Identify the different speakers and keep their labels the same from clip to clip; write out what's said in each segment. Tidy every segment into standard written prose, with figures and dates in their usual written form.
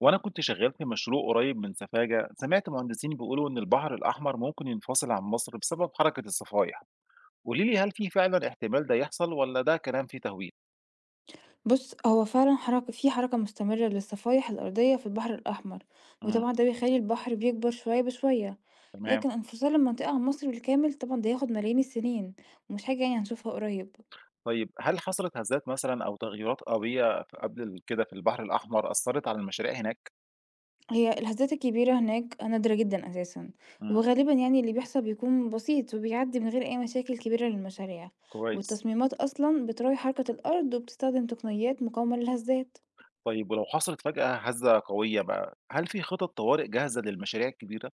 Speaker 1: وأنا كنت شغال في مشروع قريب من سفاجة، سمعت مهندسين بيقولوا إن البحر الأحمر ممكن ينفصل عن مصر بسبب حركة الصفائح. قولي لي، هل في فعلا احتمال ده يحصل ولا ده كلام فيه تهويل؟
Speaker 2: بُص، هو فعلًا في حركة مستمرة للصفايح الأرضية في البحر الأحمر،
Speaker 1: امم.
Speaker 2: وطبعًا ده بيخلّي البحر بيكبر شوية بشوية.
Speaker 1: تمام.
Speaker 2: لكن انفصال المنطقة عن مصر بالكامل طبعًا ده هياخد ملايين السنين، ومش حاجة يعني هنشوفها قريب.
Speaker 1: طيب، هل حصلت هزات مثلا أو تغيرات قوية قبل كده في البحر الأحمر أثرت على المشاريع هناك؟
Speaker 2: هي الهزات الكبيرة هناك نادرة جدًا أساسًا،
Speaker 1: امم.
Speaker 2: وغالبًا يعني اللي بيحصل بيكون بسيط وبيعدي من غير أي مشاكل كبيرة للمشاريع،
Speaker 1: كويس.
Speaker 2: والتصميمات أصلًا بتراعي حركة الأرض وبتستخدم تقنيات مقاومة للهزات.
Speaker 1: طيب، ولو حصلت فجأة هزة قوية بقى، هل في خطط طوارئ جاهزة للمشاريع الكبيرة؟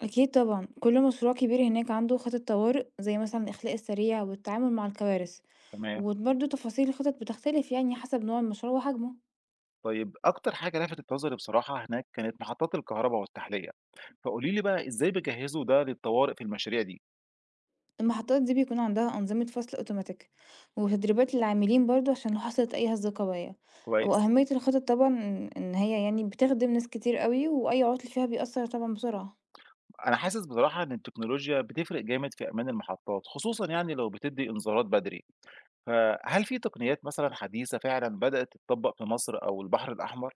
Speaker 2: أكيد طبعًا، كل مشروع كبير هناك عنده خطة طوارئ زي مثلًا الإخلاء السريع والتعامل مع الكوارث،
Speaker 1: تمام.
Speaker 2: وبرضه تفاصيل الخطط بتختلف يعني حسب نوع المشروع وحجمه.
Speaker 1: طيب، أكتر حاجة لفتت نظري بصراحة هناك كانت محطات الكهرباء والتحلية، فقولي لي بقى، إزاي بتجهّزوا ده للطوارئ في المشاريع دي؟
Speaker 2: المحطات دي بيكون عندها أنظمة فصل أوتوماتيك وتدريبات للعاملين برضه عشان لو حصلت أي هزة قوية،
Speaker 1: كويس.
Speaker 2: وأهمية الخطط طبعًا إن هي يعني بتخدم ناس كتير أوي، وأي عطل فيها بيأثر طبعًا بسرعة.
Speaker 1: أنا حاسس بصراحة إن التكنولوجيا بتفرق جامد في أمان المحطات، خصوصًا يعني لو بتدّي إنذارات بدري. فهل في تقنيات مثلًا حديثة فعلًا بدأت تتطبّق في مصر أو البحر الأحمر؟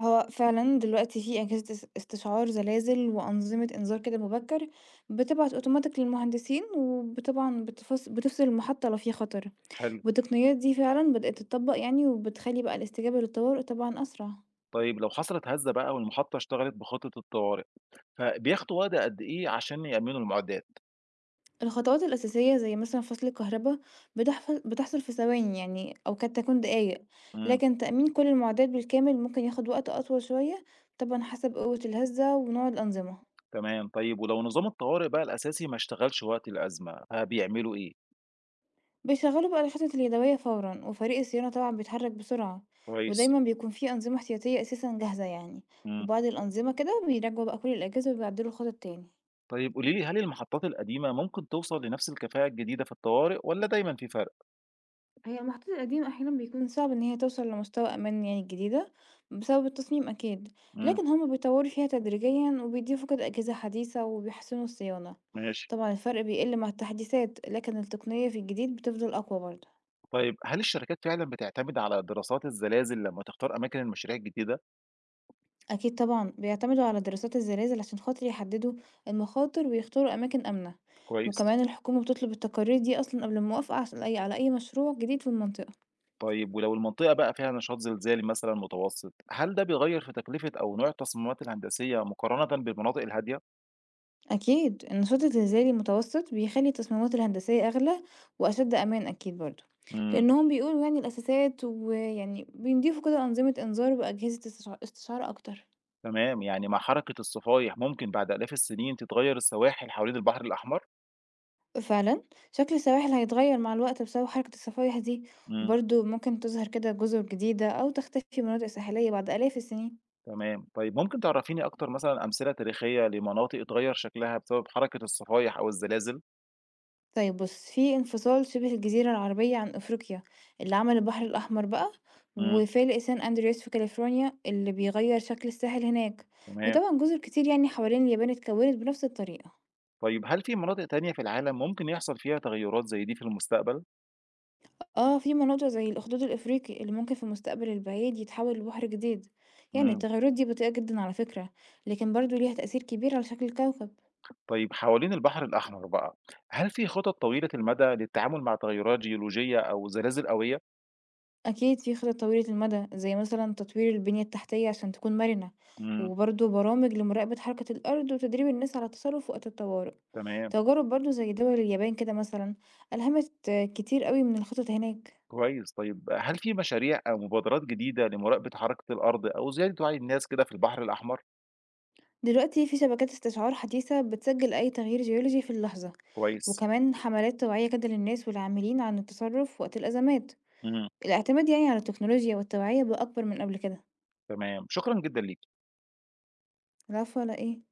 Speaker 2: هو فعلًا دلوقتي في أجهزة استشعار زلازل وأنظمة إنذار كده مبكر، بتبعت automatic للمهندسين وطبعًا بتفصل المحطة لو في خطر.
Speaker 1: حلو.
Speaker 2: والتقنيات دي فعلًا بدأت تتطبق يعني وبتخلي بقى الاستجابة للطوارئ طبعًا أسرع.
Speaker 1: طيب، لو حصلت هَزّة بقى والمحطة اشتغلت بخطة الطوارئ، فبياخدوا وقت قد إيه عشان يأمِّنوا المعدات؟
Speaker 2: الخطوات الأساسية زي مثلًا فصل الكهربا بتحصل في ثواني يعني أو قد تكون دقايق،
Speaker 1: إمم.
Speaker 2: لكن تأمين كل المعدات بالكامل ممكن ياخد وقت أطول شوية طبعًا حسب قوة الهزة ونوع الأنظمة.
Speaker 1: تمام. طيب، ولو نظام الطوارئ بقى الأساسي ما اشتغلش وقت الأزمة، فبيعملوا إيه؟
Speaker 2: بيشغلوا بقى الخطط اليدوية فورا وفريق الصيانة طبعا بيتحرك بسرعة،
Speaker 1: كويس.
Speaker 2: ودايما بيكون فيه أنظمة احتياطية أساسا جاهزة يعني.
Speaker 1: إمم.
Speaker 2: وبعد الأنظمة كده بيراجعوا بقى كل الأجهزة وبيعدلوا الخطط تاني.
Speaker 1: طيب قولي لي، هل المحطات القديمة ممكن توصل لنفس الكفاءة الجديدة في الطوارئ ولا دايما في فرق؟
Speaker 2: هي المحطات القديمة أحيانا بيكون صعب إن هي توصل لمستوى أمان يعني الجديدة بسبب التصميم أكيد،
Speaker 1: امم.
Speaker 2: لكن هما بيطوروا فيها تدريجيا وبيضيفوا كده أجهزة حديثة وبيحسنوا الصيانة.
Speaker 1: ماشي.
Speaker 2: طبعا الفرق بيقل مع التحديثات، لكن التقنية في الجديد بتفضل أقوى برضه.
Speaker 1: طيب، هل الشركات فعلا بتعتمد على دراسات الزلازل لما تختار أماكن المشاريع الجديدة؟
Speaker 2: أكيد طبعًا، بيعتمدوا على دراسات الزلازل عشان خاطر يحددوا المخاطر ويختاروا أماكن آمنة،
Speaker 1: كويس.
Speaker 2: وكمان الحكومة بتطلب التقارير دي أصلًا قبل الموافقة عشان على أي مشروع جديد في المنطقة.
Speaker 1: طيب، ولو المنطقة بقى فيها نشاط زلزالي مثلا متوسط، هل ده بيغير في تكلفة أو نوع التصميمات الهندسية مقارنة بالمناطق الهادية؟
Speaker 2: أكيد، النشاط الزلزالي المتوسط بيخلي التصميمات الهندسية أغلى وأشد أمان أكيد برضه،
Speaker 1: امم.
Speaker 2: لأنهم بيقولوا يعني الأساسات ويعني بيضيفوا كده أنظمة إنذار وأجهزة استشعار أكتر.
Speaker 1: تمام، يعني مع حركة الصفايح ممكن بعد آلاف السنين تتغير السواحل حوالين البحر الأحمر؟
Speaker 2: فعلًا، شكل السواحل هيتغير مع الوقت بسبب حركة الصفايح دي،
Speaker 1: مم.
Speaker 2: وبرضه ممكن تظهر كده جزر جديدة أو تختفي مناطق ساحلية بعد آلاف السنين.
Speaker 1: تمام. طيب، ممكن تعرّفيني أكتر مثلًا أمثلة تاريخية لمناطق اتغيّر شكلها بسبب حركة الصفايح أو الزلازل؟
Speaker 2: طيب بُص، في انفصال شبه الجزيرة العربية عن أفريقيا اللي عمل البحر الأحمر بقى،
Speaker 1: إمم.
Speaker 2: وفالق سان أندرياس في كاليفورنيا اللي بيغير شكل الساحل هناك،
Speaker 1: تمام.
Speaker 2: وطبعًا جزر كتير يعني حوالين اليابان اتكونت بنفس الطريقة.
Speaker 1: طيب، هل في مناطق تانية في العالم ممكن يحصل فيها تغيُّرات زي دي في المستقبل؟
Speaker 2: آه، في مناطق زي الأخدود الإفريقي اللي ممكن في المستقبل البعيد يتحول لبحر جديد. يعني
Speaker 1: إمم.
Speaker 2: التغيرات دي بطيئة جدا على فكرة، لكن برضو ليها تأثير كبير على شكل الكوكب.
Speaker 1: طيب حوالين البحر الأحمر بقى، هل في خطط طويلة المدى للتعامل مع تغيُّرات جيولوجية أو زلازل قوية؟
Speaker 2: أكيد في خطط طويلة المدى زي مثلا تطوير البنية التحتية عشان تكون مرنة،
Speaker 1: إمم.
Speaker 2: وبرضو برامج لمراقبة حركة الأرض وتدريب الناس على التصرف وقت الطوارئ.
Speaker 1: تمام.
Speaker 2: تجارب برضو زي دول اليابان كده مثلا ألهمت كتير قوي من الخطط هناك.
Speaker 1: كويس. طيب، هل في مشاريع أو مبادرات جديدة لمراقبة حركة الأرض أو زيادة وعي الناس كده في البحر الأحمر؟
Speaker 2: دلوقتي في شبكات استشعار حديثة بتسجل أي تغيير جيولوجي في اللحظة،
Speaker 1: كويس.
Speaker 2: وكمان حملات توعية كده للناس والعاملين عن التصرف وقت الأزمات.
Speaker 1: إمم.
Speaker 2: الاعتماد يعني على التكنولوجيا والتوعية بقى أكبر من قبل كده.
Speaker 1: تمام. شكرًا جدًا ليكِ.
Speaker 2: العفو ولا إيه؟